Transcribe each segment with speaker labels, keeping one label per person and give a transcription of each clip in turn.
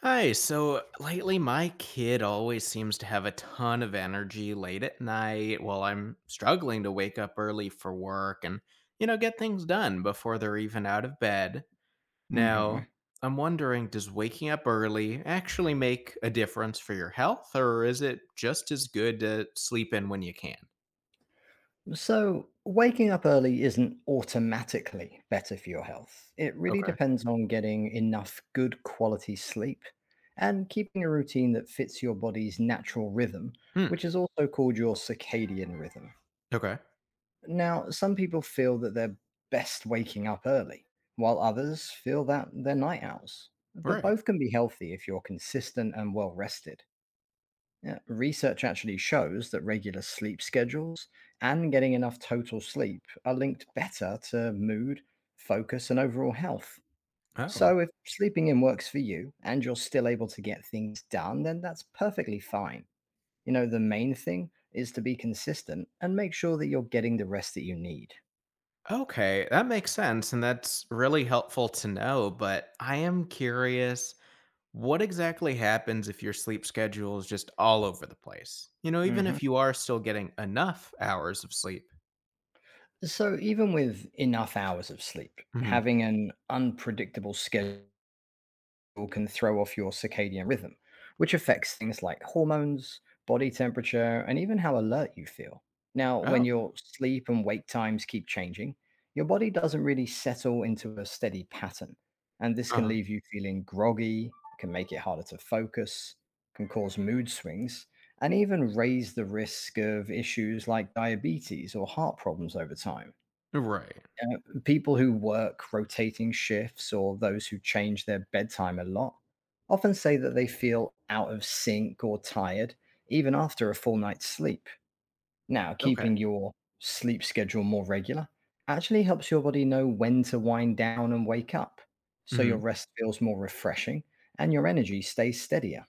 Speaker 1: Hi, so lately my kid always seems to have a ton of energy late at night while I'm struggling to wake up early for work, and get things done before they're even out of bed.
Speaker 2: Hmm.
Speaker 1: Now, I'm wondering, does waking up early actually make a difference for your health, or is it just as good to sleep in when you can?
Speaker 2: So, waking up early isn't automatically better for your health. It really
Speaker 1: Okay.
Speaker 2: depends on getting enough good quality sleep and keeping a routine that fits your body's natural rhythm,
Speaker 1: Hmm.
Speaker 2: which is also called your circadian rhythm.
Speaker 1: Okay.
Speaker 2: Now, some people feel that they're best waking up early, while others feel that they're night owls. But
Speaker 1: Right.
Speaker 2: both can be healthy if you're consistent and well rested. Yeah, research actually shows that regular sleep schedules and getting enough total sleep are linked better to mood, focus, and overall health.
Speaker 1: Oh.
Speaker 2: So, if sleeping in works for you and you're still able to get things done, then that's perfectly fine. You know, the main thing is to be consistent and make sure that you're getting the rest that you need.
Speaker 1: Okay, that makes sense and that's really helpful to know, but I am curious. What exactly happens if your sleep schedule is just all over the place? You know, even
Speaker 2: Mhm.
Speaker 1: if you are still getting enough hours of sleep.
Speaker 2: So, even with enough hours of sleep,
Speaker 1: Hmm.
Speaker 2: having an unpredictable schedule can throw off your circadian rhythm, which affects things like hormones, body temperature, and even how alert you feel. Now, when
Speaker 1: Oh,
Speaker 2: your sleep and wake times keep changing, your body doesn't really settle into a steady pattern. And this can
Speaker 1: uh,
Speaker 2: leave you feeling groggy, can make it harder to focus, can cause mood swings, and even raise the risk of issues like diabetes or heart problems over time
Speaker 1: right.
Speaker 2: uh, People who work rotating shifts or those who change their bedtime a lot often say that they feel out of sync or tired even after a full night's sleep. Now,
Speaker 1: Okay.
Speaker 2: keeping your sleep schedule more regular actually helps your body know when to wind down and wake up, so your
Speaker 1: Hmm.
Speaker 2: rest feels more refreshing and your energy stays steadier.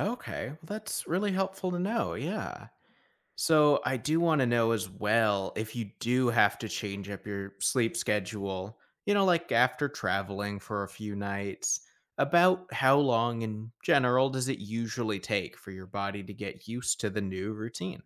Speaker 1: Okay. Well, that's really helpful to know. Yeah. So I do want to know as well, if you do have to change up your sleep schedule, like after traveling for a few nights, about how long in general does it usually take for your body to get used to the new routine?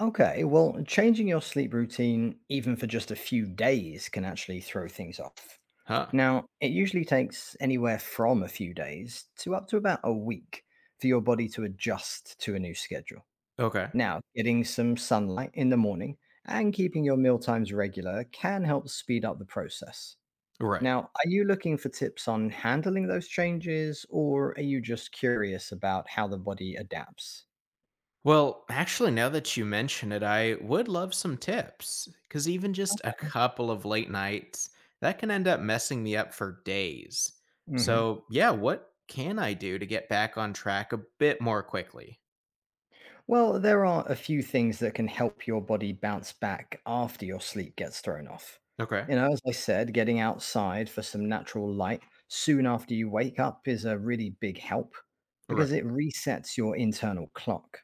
Speaker 2: Okay, well, changing your sleep routine, even for just a few days, can actually throw things off.
Speaker 1: Huh.
Speaker 2: Now, it usually takes anywhere from a few days to up to about a week for your body to adjust to a new schedule.
Speaker 1: Okay.
Speaker 2: Now, getting some sunlight in the morning and keeping your meal times regular can help speed up the process.
Speaker 1: Right.
Speaker 2: Now, are you looking for tips on handling those changes, or are you just curious about how the body adapts?
Speaker 1: Well, actually, now that you mention it, I would love some tips, because even just a couple of late nights, that can end up messing me up for days. So, yeah, what can I do to get back on track a bit more quickly?
Speaker 2: Well, there are a few things that can help your body bounce back after your sleep gets thrown off.
Speaker 1: Okay.
Speaker 2: You know, as I said, getting outside for some natural light soon after you wake up is a really big help
Speaker 1: Right.
Speaker 2: because it resets your internal clock.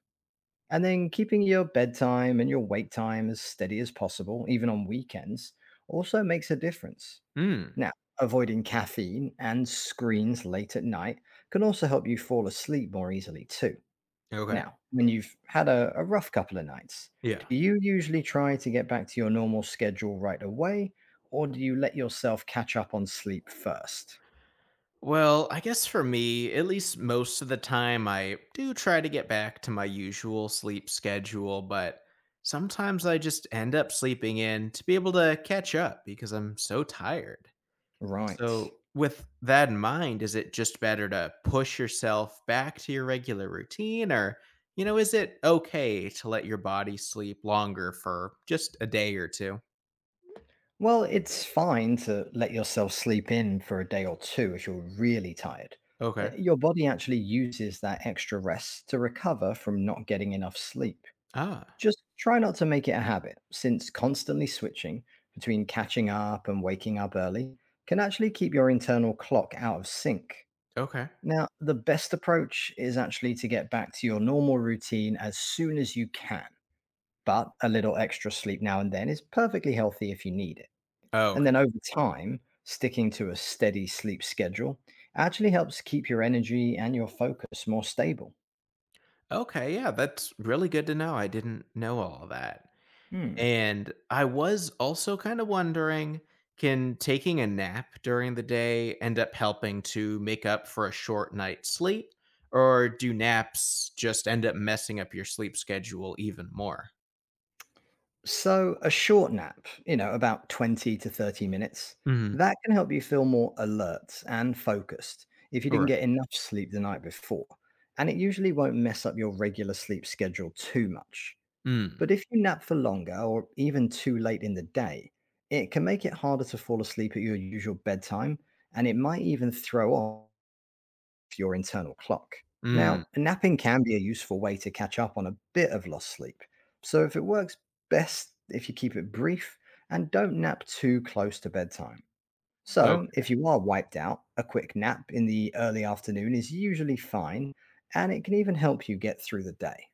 Speaker 2: And then keeping your bedtime and your wake time as steady as possible, even on weekends, also makes a difference.
Speaker 1: Hmm.
Speaker 2: Now, avoiding caffeine and screens late at night can also help you fall asleep more easily, too.
Speaker 1: Okay.
Speaker 2: Now, when you've had a rough couple of nights,
Speaker 1: Yeah.
Speaker 2: do you usually try to get back to your normal schedule right away, or do you let yourself catch up on sleep first?
Speaker 1: Well, I guess for me, at least most of the time, I do try to get back to my usual sleep schedule, but sometimes I just end up sleeping in to be able to catch up because I'm so tired.
Speaker 2: Right.
Speaker 1: So, with that in mind, is it just better to push yourself back to your regular routine, or is it okay to let your body sleep longer for just a day or two?
Speaker 2: Well, it's fine to let yourself sleep in for a day or two if you're really tired.
Speaker 1: Okay.
Speaker 2: Your body actually uses that extra rest to recover from not getting enough sleep.
Speaker 1: Ah,
Speaker 2: Just try not to make it a habit, since constantly switching between catching up and waking up early can actually keep your internal clock out of sync.
Speaker 1: okay.
Speaker 2: Now, the best approach is actually to get back to your normal routine as soon as you can, but a little extra sleep now and then is perfectly healthy if you need it.
Speaker 1: Oh,
Speaker 2: And
Speaker 1: okay.
Speaker 2: then over time, sticking to a steady sleep schedule actually helps keep your energy and your focus more stable.
Speaker 1: Okay, yeah, that's really good to know. I didn't know all of that.
Speaker 2: Hmm.
Speaker 1: And I was also kind of wondering, can taking a nap during the day end up helping to make up for a short night's sleep? Or do naps just end up messing up your sleep schedule even more?
Speaker 2: So, a short nap, you know, about 20 to 30 minutes,
Speaker 1: Hmm.
Speaker 2: that can help you feel more alert and focused if you didn't
Speaker 1: Right.
Speaker 2: get enough sleep the night before. And it usually won't mess up your regular sleep schedule too much.
Speaker 1: Mm.
Speaker 2: But if you nap for longer or even too late in the day, it can make it harder to fall asleep at your usual bedtime. And it might even throw off for your internal clock.
Speaker 1: Mm.
Speaker 2: Now, napping can be a useful way to catch up on a bit of lost sleep. So, if it works best if you keep it brief and don't nap too close to bedtime. So,
Speaker 1: Okay.
Speaker 2: if you are wiped out, a quick nap in the early afternoon is usually fine, and it can even help you get through the day.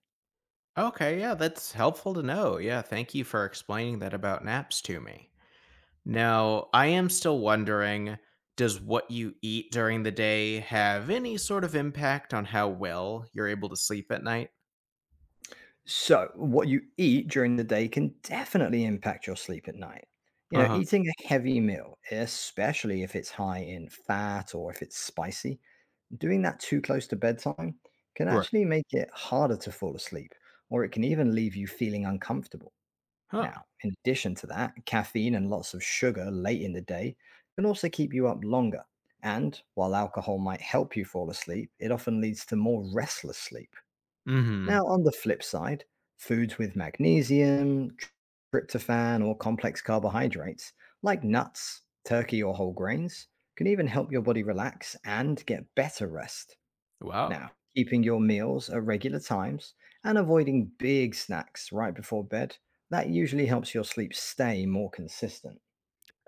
Speaker 1: Okay, yeah, that's helpful to know. Yeah, thank you for explaining that about naps to me. Now, I am still wondering, does what you eat during the day have any sort of impact on how well you're able to sleep at night?
Speaker 2: So, what you eat during the day can definitely impact your sleep at night. You know,
Speaker 1: Uh-huh.
Speaker 2: eating a heavy meal, especially if it's high in fat or if it's spicy, doing that too close to bedtime can
Speaker 1: Right.
Speaker 2: actually make it harder to fall asleep, or it can even leave you feeling uncomfortable.
Speaker 1: Huh.
Speaker 2: Now, in addition to that, caffeine and lots of sugar late in the day can also keep you up longer. And while alcohol might help you fall asleep, it often leads to more restless sleep. Now,
Speaker 1: Mhm.
Speaker 2: on the flip side, foods with magnesium, tryptophan, or complex carbohydrates, like nuts, turkey, or whole grains, can even help your body relax and get better rest.
Speaker 1: Wow.
Speaker 2: Now, keeping your meals at regular times and avoiding big snacks right before bed, that usually helps your sleep stay more consistent.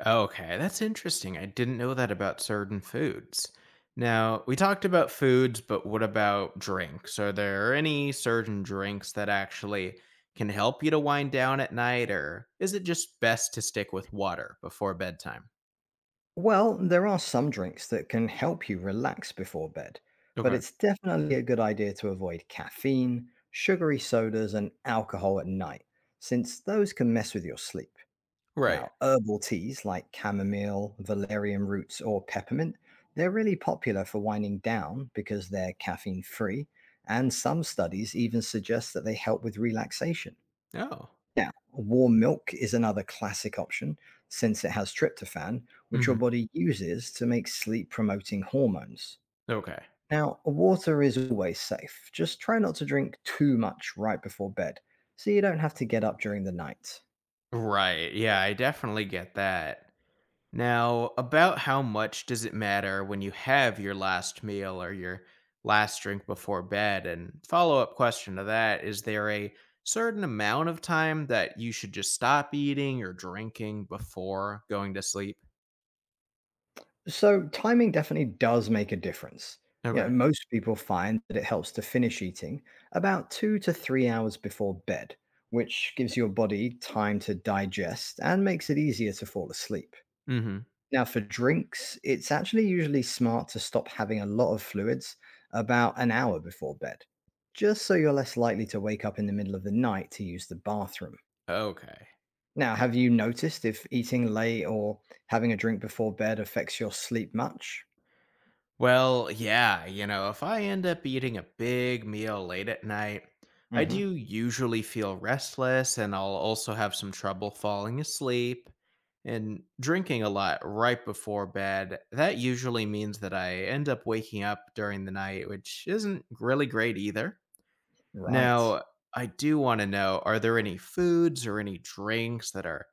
Speaker 1: Okay, that's interesting. I didn't know that about certain foods. Now, we talked about foods, but what about drinks? Are there any certain drinks that actually can help you to wind down at night, or is it just best to stick with water before bedtime?
Speaker 2: Well, there are some drinks that can help you relax before bed, but
Speaker 1: Okay.
Speaker 2: it's definitely a good idea to avoid caffeine, sugary sodas, and alcohol at night, since those can mess with your sleep.
Speaker 1: Right.
Speaker 2: Now, herbal teas like chamomile, valerian roots, or peppermint, they're really popular for winding down because they're caffeine free, and some studies even suggest that they help with relaxation.
Speaker 1: Oh.
Speaker 2: Now, warm milk is another classic option since it has tryptophan, which your
Speaker 1: Mm-hmm.
Speaker 2: body uses to make sleep promoting hormones.
Speaker 1: Okay.
Speaker 2: Now, water is always safe. Just try not to drink too much right before bed so you don't have to get up during the night.
Speaker 1: Right. Yeah, I definitely get that. Now, about how much does it matter when you have your last meal or your last drink before bed? And follow up question to that, is there a certain amount of time that you should just stop eating or drinking before going to sleep?
Speaker 2: So, timing definitely does make a difference. Yeah,
Speaker 1: Okay.
Speaker 2: most people find that it helps to finish eating about 2 to 3 hours before bed, which gives your body time to digest and makes it easier to fall asleep.
Speaker 1: Mm hmm.
Speaker 2: Now, for drinks, it's actually usually smart to stop having a lot of fluids about an hour before bed, just so you're less likely to wake up in the middle of the night to use the bathroom.
Speaker 1: Okay.
Speaker 2: Now, have you noticed if eating late or having a drink before bed affects your sleep much?
Speaker 1: Well, yeah, if I end up eating a big meal late at night, I
Speaker 2: Mhm.
Speaker 1: do usually feel restless and I'll also have some trouble falling asleep. And drinking a lot right before bed, that usually means that I end up waking up during the night, which isn't really great either.
Speaker 2: Right.
Speaker 1: Now, I do want to know, are there any foods or any drinks that are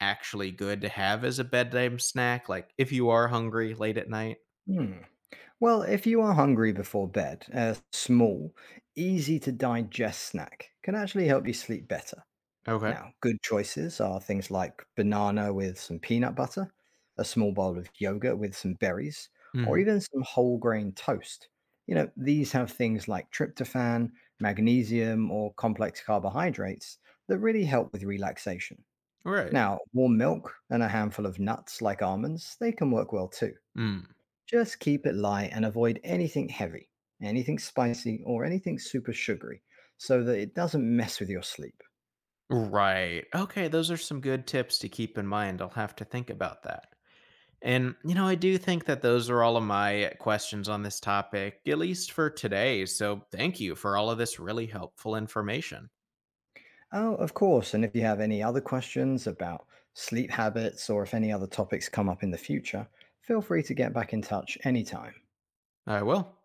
Speaker 1: actually good to have as a bedtime snack? Like if you are hungry late at night?
Speaker 2: Hmm. Well, if you are hungry before bed, a small, easy to digest snack can actually help you sleep better.
Speaker 1: Okay.
Speaker 2: Now, good choices are things like banana with some peanut butter, a small bowl of yogurt with some berries, or even some whole grain toast. You know, these have things like tryptophan, magnesium, or complex carbohydrates that really help with relaxation.
Speaker 1: Right.
Speaker 2: Now, warm milk and a handful of nuts like almonds, they can work well too.
Speaker 1: Mm.
Speaker 2: Just keep it light and avoid anything heavy, anything spicy, or anything super sugary so that it doesn't mess with your sleep.
Speaker 1: Right. Okay, those are some good tips to keep in mind. I'll have to think about that. And I do think that those are all of my questions on this topic, at least for today. So thank you for all of this really helpful information.
Speaker 2: Oh, of course. And if you have any other questions about sleep habits or if any other topics come up in the future, feel free to get back in touch anytime.
Speaker 1: I will.